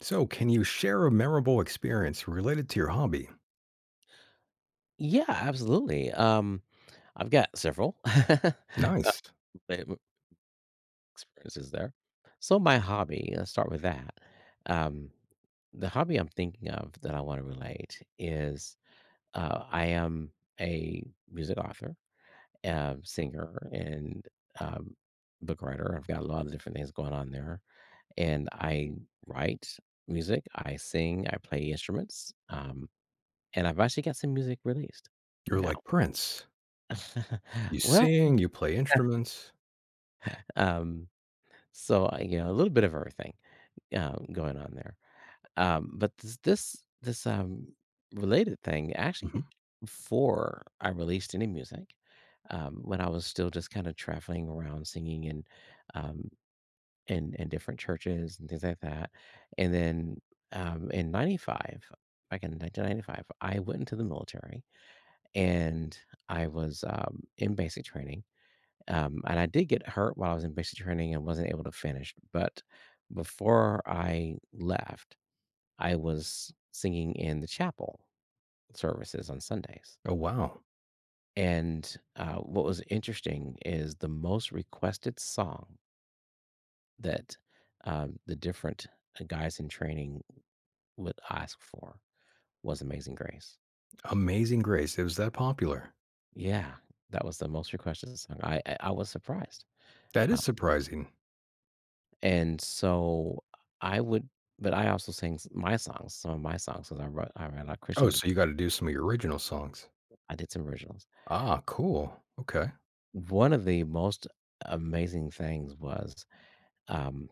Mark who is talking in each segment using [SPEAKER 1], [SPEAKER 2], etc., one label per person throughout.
[SPEAKER 1] So, can you share a memorable experience related to your hobby?
[SPEAKER 2] Yeah, absolutely. I've got several
[SPEAKER 1] Nice.
[SPEAKER 2] m- experiences there. So my hobby, let's start with that. Um, the hobby I'm thinking of that I want to relate is I am a music author, singer, and um, book writer. I've got a lot of different things going on there, and I write music, I sing, I play instruments, and I've actually got some music released
[SPEAKER 1] You're
[SPEAKER 2] now.
[SPEAKER 1] like Prince. You
[SPEAKER 2] well,
[SPEAKER 1] sing, you play instruments.
[SPEAKER 2] Um, so, a little bit of everything, going on there. But this, related thing,
[SPEAKER 1] Mhm.
[SPEAKER 2] actually, before I released any music, when I was still just kinda traveling around singing in, um, in different churches and things like that, and then, in '95, back in 1995, I went into the military, and I was, in basic training, and I did get hurt while I was in basic training and wasn't able to finish. But before I left, I was singing in the chapel services on Sundays.
[SPEAKER 1] Oh, wow.
[SPEAKER 2] And what was interesting is the most requested song that the different guys in training would ask for was Amazing Grace.
[SPEAKER 1] Amazing Grace. It was that popular.
[SPEAKER 2] Yeah, that was the most requested song. I was surprised.
[SPEAKER 1] That is surprising.
[SPEAKER 2] And so I would but I also sang s my songs, some of my songs, songs 'cause I write a lot of Christian
[SPEAKER 1] Oh,
[SPEAKER 2] music.
[SPEAKER 1] so you got to do some of your original songs.
[SPEAKER 2] I did some originals.
[SPEAKER 1] Ah, cool. Okay.
[SPEAKER 2] One of the most amazing things was, um,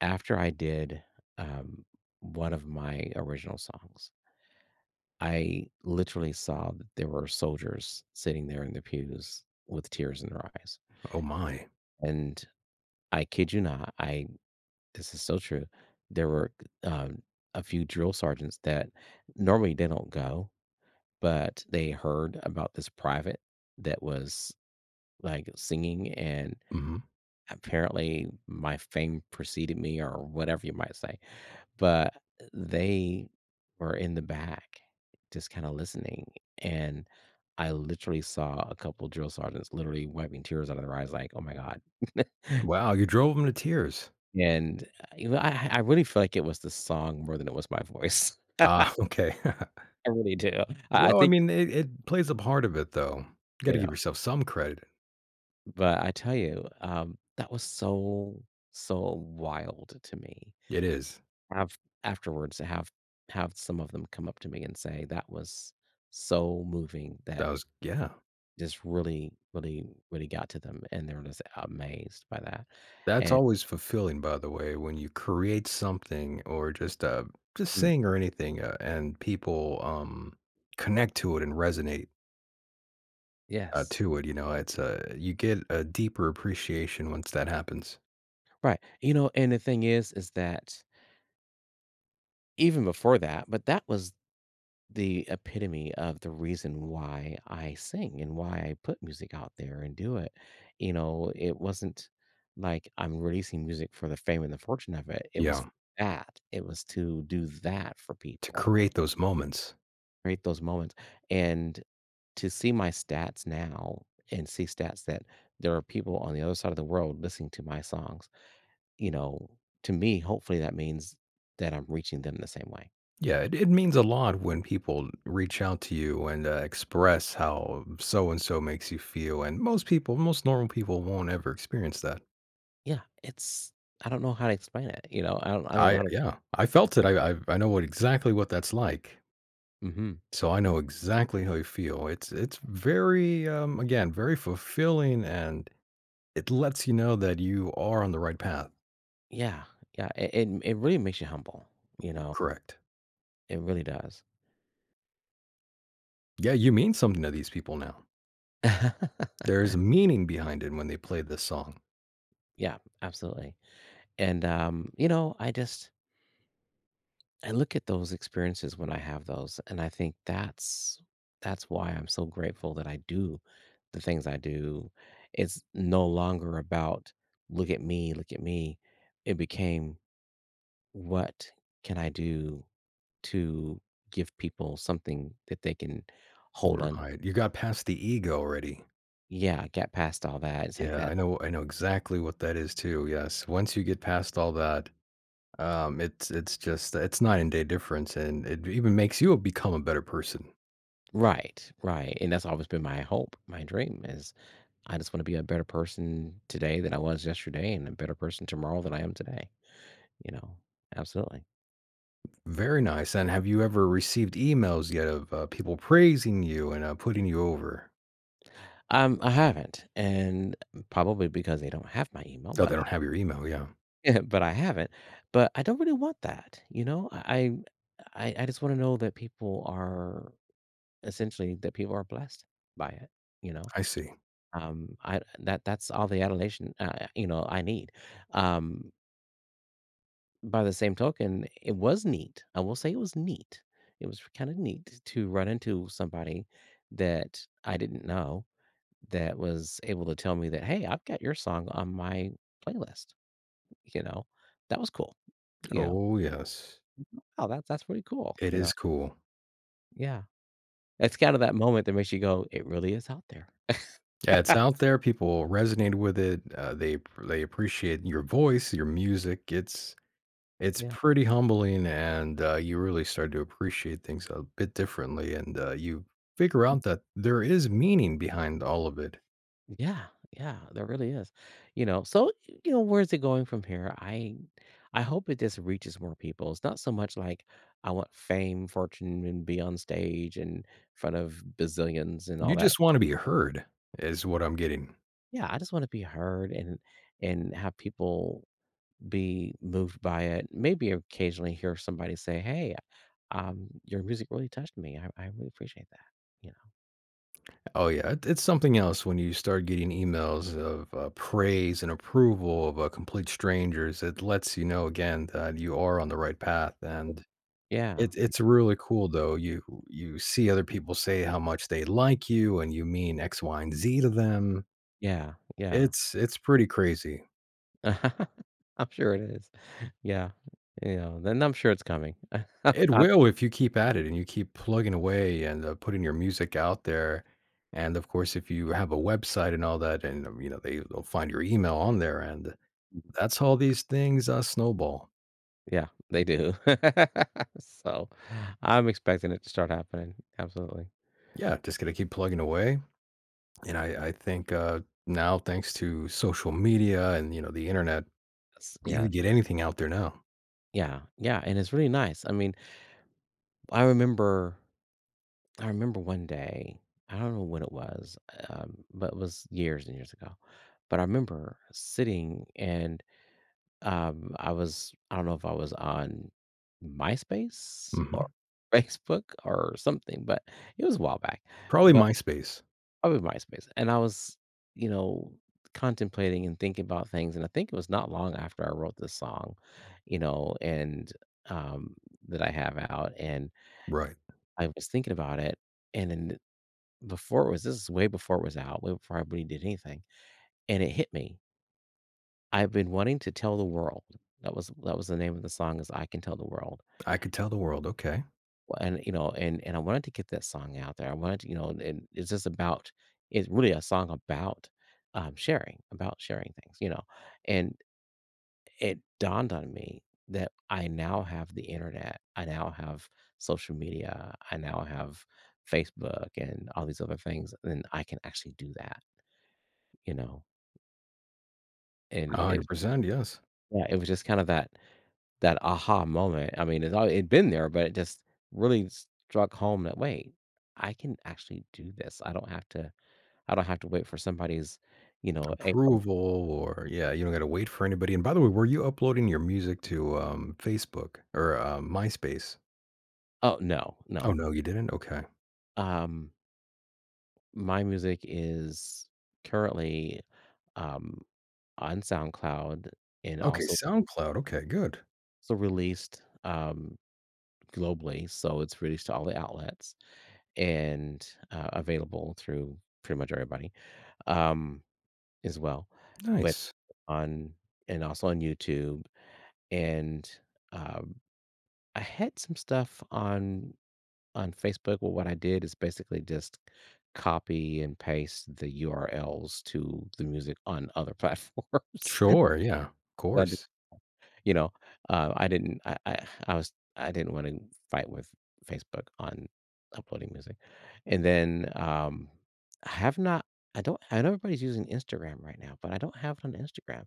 [SPEAKER 2] after I did, um, one of my original songs, I literally saw that there were soldiers sitting there in the pews with tears in their eyes.
[SPEAKER 1] Oh, my.
[SPEAKER 2] And I kid you not, I this is so true. There were, um, a few drill sergeants that normally they don't go, but they heard about this private that was like singing, and
[SPEAKER 1] Hmm.
[SPEAKER 2] apparently my fame preceded me or whatever you might say. But they were in the back just kind of listening, and I literally saw a couple drill sergeants literally wiping tears out of their eyes, like, "Oh my God."
[SPEAKER 1] Wow. You drove them to tears.
[SPEAKER 2] And I really feel like it was the song more than it was my voice.
[SPEAKER 1] Ah, okay.
[SPEAKER 2] I really do. I
[SPEAKER 1] well, I
[SPEAKER 2] think
[SPEAKER 1] mean, it plays a part of it, though. You got
[SPEAKER 2] you
[SPEAKER 1] to
[SPEAKER 2] know
[SPEAKER 1] give yourself some credit.
[SPEAKER 2] But I tell you, that was so, so wild to me.
[SPEAKER 1] It is.
[SPEAKER 2] Have Afterwards, to have some of them come up to me and say that was so moving, that
[SPEAKER 1] That was, yeah.
[SPEAKER 2] just really, really, really got to them, and they were just amazed by that.
[SPEAKER 1] That's
[SPEAKER 2] And
[SPEAKER 1] always fulfilling, by the way, when you create something or just
[SPEAKER 2] mm,
[SPEAKER 1] sing or anything, and people connect to it and resonate
[SPEAKER 2] yes,
[SPEAKER 1] to it. You know, it's a you get a deeper appreciation once that happens.
[SPEAKER 2] right, and the thing is that even before that, but that was the epitome of the reason why I sing and why I put music out there and do it. You know, it wasn't like I'm releasing music for the fame and the fortune of it. It was
[SPEAKER 1] Yeah,
[SPEAKER 2] that. It was to do that for
[SPEAKER 1] to
[SPEAKER 2] people,
[SPEAKER 1] create those moments.
[SPEAKER 2] create those moments. And to see my stats now and see stats that there are people on the other side of the world listening to my songs, you know, to me, hopefully that means that I'm reaching them the same way.
[SPEAKER 1] Yeah, it means a lot when people reach out to you and express how so and so makes you feel. And most people, most normal people, won't ever experience that.
[SPEAKER 2] Yeah, it's I don't know how to explain it. You know, I don't know how to.
[SPEAKER 1] I felt it. I know what exactly what that's like.
[SPEAKER 2] Hmm.
[SPEAKER 1] So I know exactly how you feel. It's very again, very fulfilling, and it lets you know that you are on the right path.
[SPEAKER 2] Yeah, yeah. It really makes you humble. You know,
[SPEAKER 1] Correct.
[SPEAKER 2] it really does.
[SPEAKER 1] Yeah, you mean something to these people now. There's meaning behind it when they play this song.
[SPEAKER 2] Yeah, absolutely. And I look at those experiences when I have those, and I think that's why I'm so grateful that I do the things I do. It's no longer about look at me, look at me. It became what can I do to give people something that they can hold on.
[SPEAKER 1] Right. You got past the ego already.
[SPEAKER 2] Yeah, get past all that. It's like
[SPEAKER 1] Yeah,
[SPEAKER 2] that.
[SPEAKER 1] I know exactly what that is too. Yes. Once you get past all that, it's just it's night and day difference, and it even makes you become a better person.
[SPEAKER 2] Right, right, and that's always been my hope, my dream is I just wanna be a better person today than I was yesterday, and a better person tomorrow than I am today, you know? Absolutely.
[SPEAKER 1] Very nice. And have you ever received emails yet of people praising you and putting you over?
[SPEAKER 2] I haven't, and probably because they don't have my email,
[SPEAKER 1] Oh,
[SPEAKER 2] but
[SPEAKER 1] they don't have your email. Yeah,
[SPEAKER 2] but I haven't, but I don't really want that, you know? I just wanna know that people are essentially, that people are blessed by it, you know?
[SPEAKER 1] I see.
[SPEAKER 2] I that that's all the adulation, I need, um by the same token. It was neat. I will say it was neat. It was kind of neat to run into somebody that I didn't know, that was able to tell me that, "Hey, I've got your song on my playlist." You know, that was cool. You know,
[SPEAKER 1] Oh, yes,
[SPEAKER 2] oh, that's pretty cool.
[SPEAKER 1] it
[SPEAKER 2] You know,
[SPEAKER 1] is cool.
[SPEAKER 2] yeah, it's kind of that moment that makes you go, it really is out there.
[SPEAKER 1] Yeah, it's out there. People resonate with it. They appreciate your voice, your music. It's
[SPEAKER 2] Yeah.
[SPEAKER 1] pretty humbling, and you really start to appreciate things a bit differently. And you figure out that there is meaning behind all of it.
[SPEAKER 2] Yeah, yeah, there really is. You know, so you know, where's it going from here? I hope it just reaches more people. It's not so much like I want fame, fortune, and be on stage and in front of bazillions and all
[SPEAKER 1] You
[SPEAKER 2] that.
[SPEAKER 1] just want to be heard, is what I'm getting.
[SPEAKER 2] Yeah, I just want to be heard, and have people be moved by it. Maybe occasionally hear somebody say, "Hey, your music really touched me. I really appreciate that," you know.
[SPEAKER 1] Oh yeah, it's something else when you start getting emails of praise and approval of complete strangers. It lets you know again that you are on the right path, and
[SPEAKER 2] Yeah,
[SPEAKER 1] it's really cool though. You see other people say how much they like you, and you mean X, Y, and Z to them.
[SPEAKER 2] yeah, yeah.
[SPEAKER 1] It's pretty crazy.
[SPEAKER 2] I'm sure it is. Yeah, you know, then I'm sure it's coming.
[SPEAKER 1] It
[SPEAKER 2] Um,
[SPEAKER 1] will if you keep at it and you keep plugging away and putting your music out there. And of course, if you have a website and all that, and you know, they'll find your email on there. And that's how these things, snowball.
[SPEAKER 2] yeah, they do. So, I'm expecting it to start happening, absolutely.
[SPEAKER 1] Yeah, just gotta keep plugging away, and I think, now thanks to social media and, you know, the internet,
[SPEAKER 2] S
[SPEAKER 1] you
[SPEAKER 2] Yes,
[SPEAKER 1] could get anything out there now.
[SPEAKER 2] yeah, yeah, and it's really nice. I mean, I remember I remember one day, I don't know when it was, but it was years and years ago, but I remember sitting and I don't know if I was on MySpace or
[SPEAKER 1] Mhm.
[SPEAKER 2] Facebook or something, but it was a while back,
[SPEAKER 1] Probably
[SPEAKER 2] but
[SPEAKER 1] MySpace.
[SPEAKER 2] probably MySpace, and I was, you know, contemplating and thinking about things, and I think it was not long after I wrote this song, you know, and, um, that I have out, and
[SPEAKER 1] Right.
[SPEAKER 2] I was thinking about it, and then before it was this is way before it was out, way before I really did anything, and it hit me. "I've been wanting to tell the world." That was the name of the song, is "I Can Tell the World."
[SPEAKER 1] I could tell the world, okay.
[SPEAKER 2] Well, and you know, and I wanted to get that song out there. I wanted to, you know, and it's really a song about sharing, about sharing things, you know. And it dawned on me that I now have the internet. I now have social media. I now have Facebook and all these other things, and I can actually do that, you know. And it,
[SPEAKER 1] 100%, yes.
[SPEAKER 2] yeah, it was just kind of that aha moment, I mean, it'd been there, but it just really struck home that, "Wait, I can actually do this. I don't have to wait for somebody's, you know, a."
[SPEAKER 1] Approval or yeah, you don't gotta wait for anybody, and by the way, were you uploading your music to, Facebook or, MySpace?
[SPEAKER 2] Oh, no, no.
[SPEAKER 1] Oh, no, you didn't? Okay.
[SPEAKER 2] Um, my music is currently, um, on SoundCloud, and
[SPEAKER 1] Okay, SoundCloud, okay, good.
[SPEAKER 2] also released, globally, so it's released to all the outlets and, available through pretty much everybody. Um as well, but
[SPEAKER 1] Nice.
[SPEAKER 2] on and also on YouTube, and, um, I had some stuff on Facebook. Well, what I did is basically just copy and paste the URLs to the music on other platforms.
[SPEAKER 1] Sure, yeah, of
[SPEAKER 2] I did.
[SPEAKER 1] course.
[SPEAKER 2] you know, I didn't I didn't wanna fight with Facebook on uploading music, and then, I have not I don't I know everybody's using Instagram right now, but I don't have it on Instagram.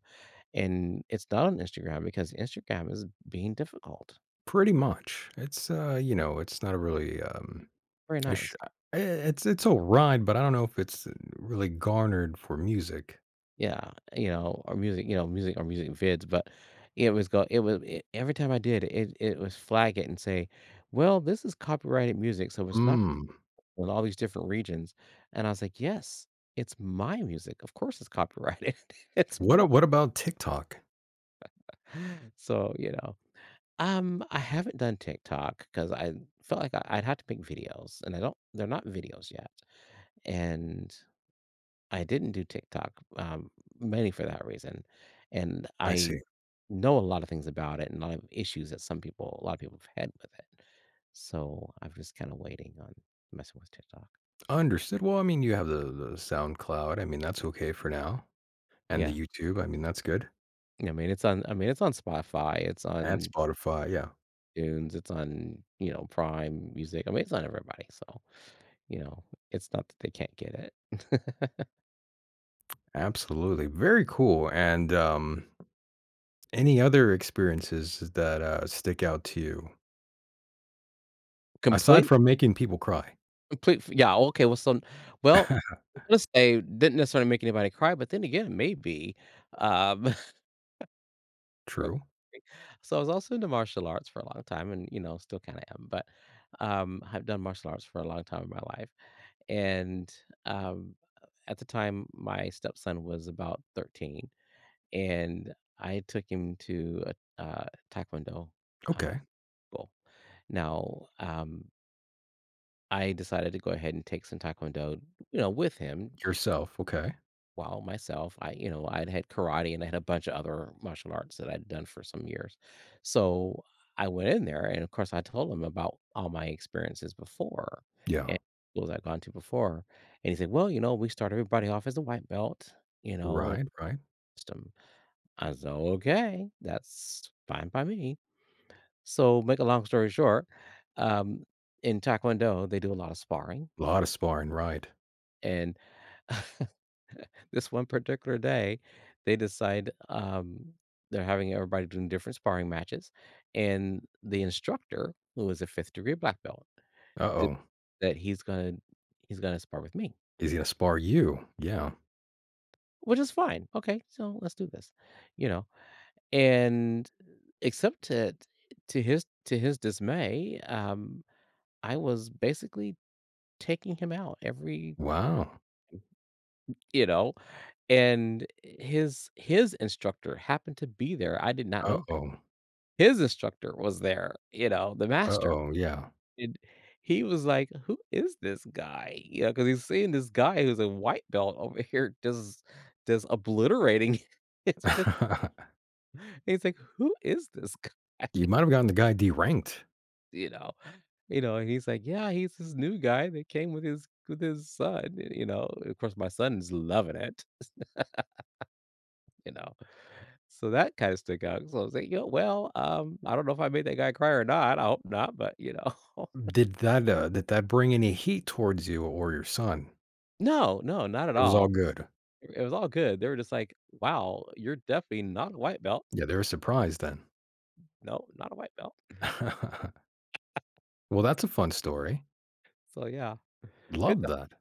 [SPEAKER 2] And it's not on Instagram because Instagram is being difficult.
[SPEAKER 1] Pretty much. It's, you know, it's not a really,
[SPEAKER 2] Very
[SPEAKER 1] I sh
[SPEAKER 2] nice.
[SPEAKER 1] I it's alright, but I don't know if it's really garnered for music.
[SPEAKER 2] Yeah, you know, or music, you know, music or music vids, but it was go it was it, every time I did it, it was flag it and say, "Well, this is copyrighted music, so it's not
[SPEAKER 1] Mm.
[SPEAKER 2] in all these different regions." And I was like, "Yes, it's my music. Of course it's copyrighted. It's mine."
[SPEAKER 1] What about TikTok?
[SPEAKER 2] So, you know, I haven't done TikTok because I, felt like I'd have to make videos, and I don't. They're not videos yet, and I didn't do TikTok, mainly for that reason, and
[SPEAKER 1] I
[SPEAKER 2] I
[SPEAKER 1] see.
[SPEAKER 2] know a lot of things about it and a lot of issues that some people a lot of people have had with it. So, I'm just kinda waiting on messing with TikTok.
[SPEAKER 1] Understood. Well, I mean, you have the SoundCloud. I mean, that's okay for now, and
[SPEAKER 2] Yeah.
[SPEAKER 1] the YouTube. I mean, that's good.
[SPEAKER 2] I mean, it's on Spotify, it's
[SPEAKER 1] And
[SPEAKER 2] on
[SPEAKER 1] Spotify, yeah.
[SPEAKER 2] Dunes, it's on, you know, Prime Music. I mean, it's on everybody, so, you know, it's not that they can't get it.
[SPEAKER 1] Absolutely. Very cool, and, any other experiences that, stick out to you? Aside
[SPEAKER 2] Complete
[SPEAKER 1] from making people cry.
[SPEAKER 2] complete Yeah, okay, well, so well, let's say didn't necessarily make anybody cry, but then again, maybe, um Real
[SPEAKER 1] True.
[SPEAKER 2] qu So, I was also into martial arts for a long time and, you know, still kinda am, but, I've done martial arts for a long time in my life, and, um, at the time, my stepson was about 13, and I took him to a, taekwondo, uh,
[SPEAKER 1] Okay.
[SPEAKER 2] school. Now, I decided to go ahead and take some taekwondo, you know, with him
[SPEAKER 1] Yourself, okay.
[SPEAKER 2] while myself. I'd had karate, and I had a bunch of other martial arts that I'd done for some years. So I went in there, and of course, I told him about all my experiences before,
[SPEAKER 1] Yeah.
[SPEAKER 2] and schools I'd gone to before. And he said, "Well, you know, we start everybody off as a white belt, you know, in the
[SPEAKER 1] Right, right.
[SPEAKER 2] system." I said, "Okay, that's fine by me." So, make a long story short, um, in Taekwondo, they do a lot of sparring.
[SPEAKER 1] A lot of sparring, right.
[SPEAKER 2] And this one particular day, they decide, they're having everybody doing different sparring matches, and the instructor, who is a fifth degree black belt, did
[SPEAKER 1] Uh-oh.
[SPEAKER 2] that he's gonna spar with me,
[SPEAKER 1] He's gonna spar you. Yeah.
[SPEAKER 2] which is fine. Okay, so let's do this, you know. And except to to his dismay, I was basically taking him out every,
[SPEAKER 1] Wow.
[SPEAKER 2] you know, and his instructor happened to be there. I did not know
[SPEAKER 1] Uh-oh.
[SPEAKER 2] his instructor was there, you know, the master,
[SPEAKER 1] Uh-oh, yeah.
[SPEAKER 2] and he was like, "Who is this guy?" You know, because he's seeing this guy who's a white belt over here just obliterating his fifth he's like, "Who is this guy?"
[SPEAKER 1] You might have gotten the guy deranked.
[SPEAKER 2] You know? You know, and he's like, "Yeah, he's this new guy that came with his son," you know? Of course, my son is loving it, you know? So that kinda stuck out, so I was like, "Yo, well, I don't know if I made that guy cry or not, I hope not, but," you know?
[SPEAKER 1] Did that bring any heat towards you or your son?
[SPEAKER 2] No, no, not at
[SPEAKER 1] It was all
[SPEAKER 2] all.
[SPEAKER 1] good.
[SPEAKER 2] It was all good. They were just like, "Wow, you're definitely not a white belt.
[SPEAKER 1] Yeah, they were surprised then.
[SPEAKER 2] No, not a white belt."
[SPEAKER 1] Well, that's a fun story.
[SPEAKER 2] So, yeah, good
[SPEAKER 1] Love that.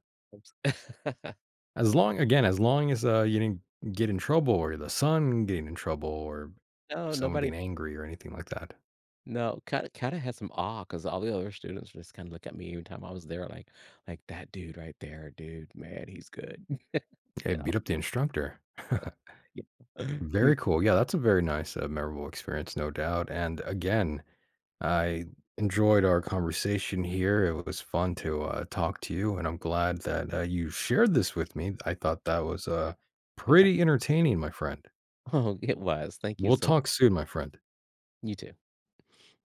[SPEAKER 2] times.
[SPEAKER 1] As long as, you didn't get in trouble or the son getting in trouble or
[SPEAKER 2] No,
[SPEAKER 1] someone
[SPEAKER 2] nobody
[SPEAKER 1] being angry or anything like that.
[SPEAKER 2] no, kinda had some awe because all the other students just kinda look at me every time I was there, like, "That dude right there, dude, man, he's good."
[SPEAKER 1] Yeah,
[SPEAKER 2] You know,
[SPEAKER 1] beat up the instructor.
[SPEAKER 2] like, yeah. He's
[SPEAKER 1] Very cool. Yeah, that's a very nice, memorable experience, no doubt. And again, I enjoyed our conversation here. It was fun to talk to you, and I'm glad that you shared this with me. I thought that was
[SPEAKER 2] good time.
[SPEAKER 1] pretty entertaining, my friend.
[SPEAKER 2] Oh, it was. Thank you
[SPEAKER 1] We'll
[SPEAKER 2] so much.
[SPEAKER 1] talk soon, my friend.
[SPEAKER 2] You too.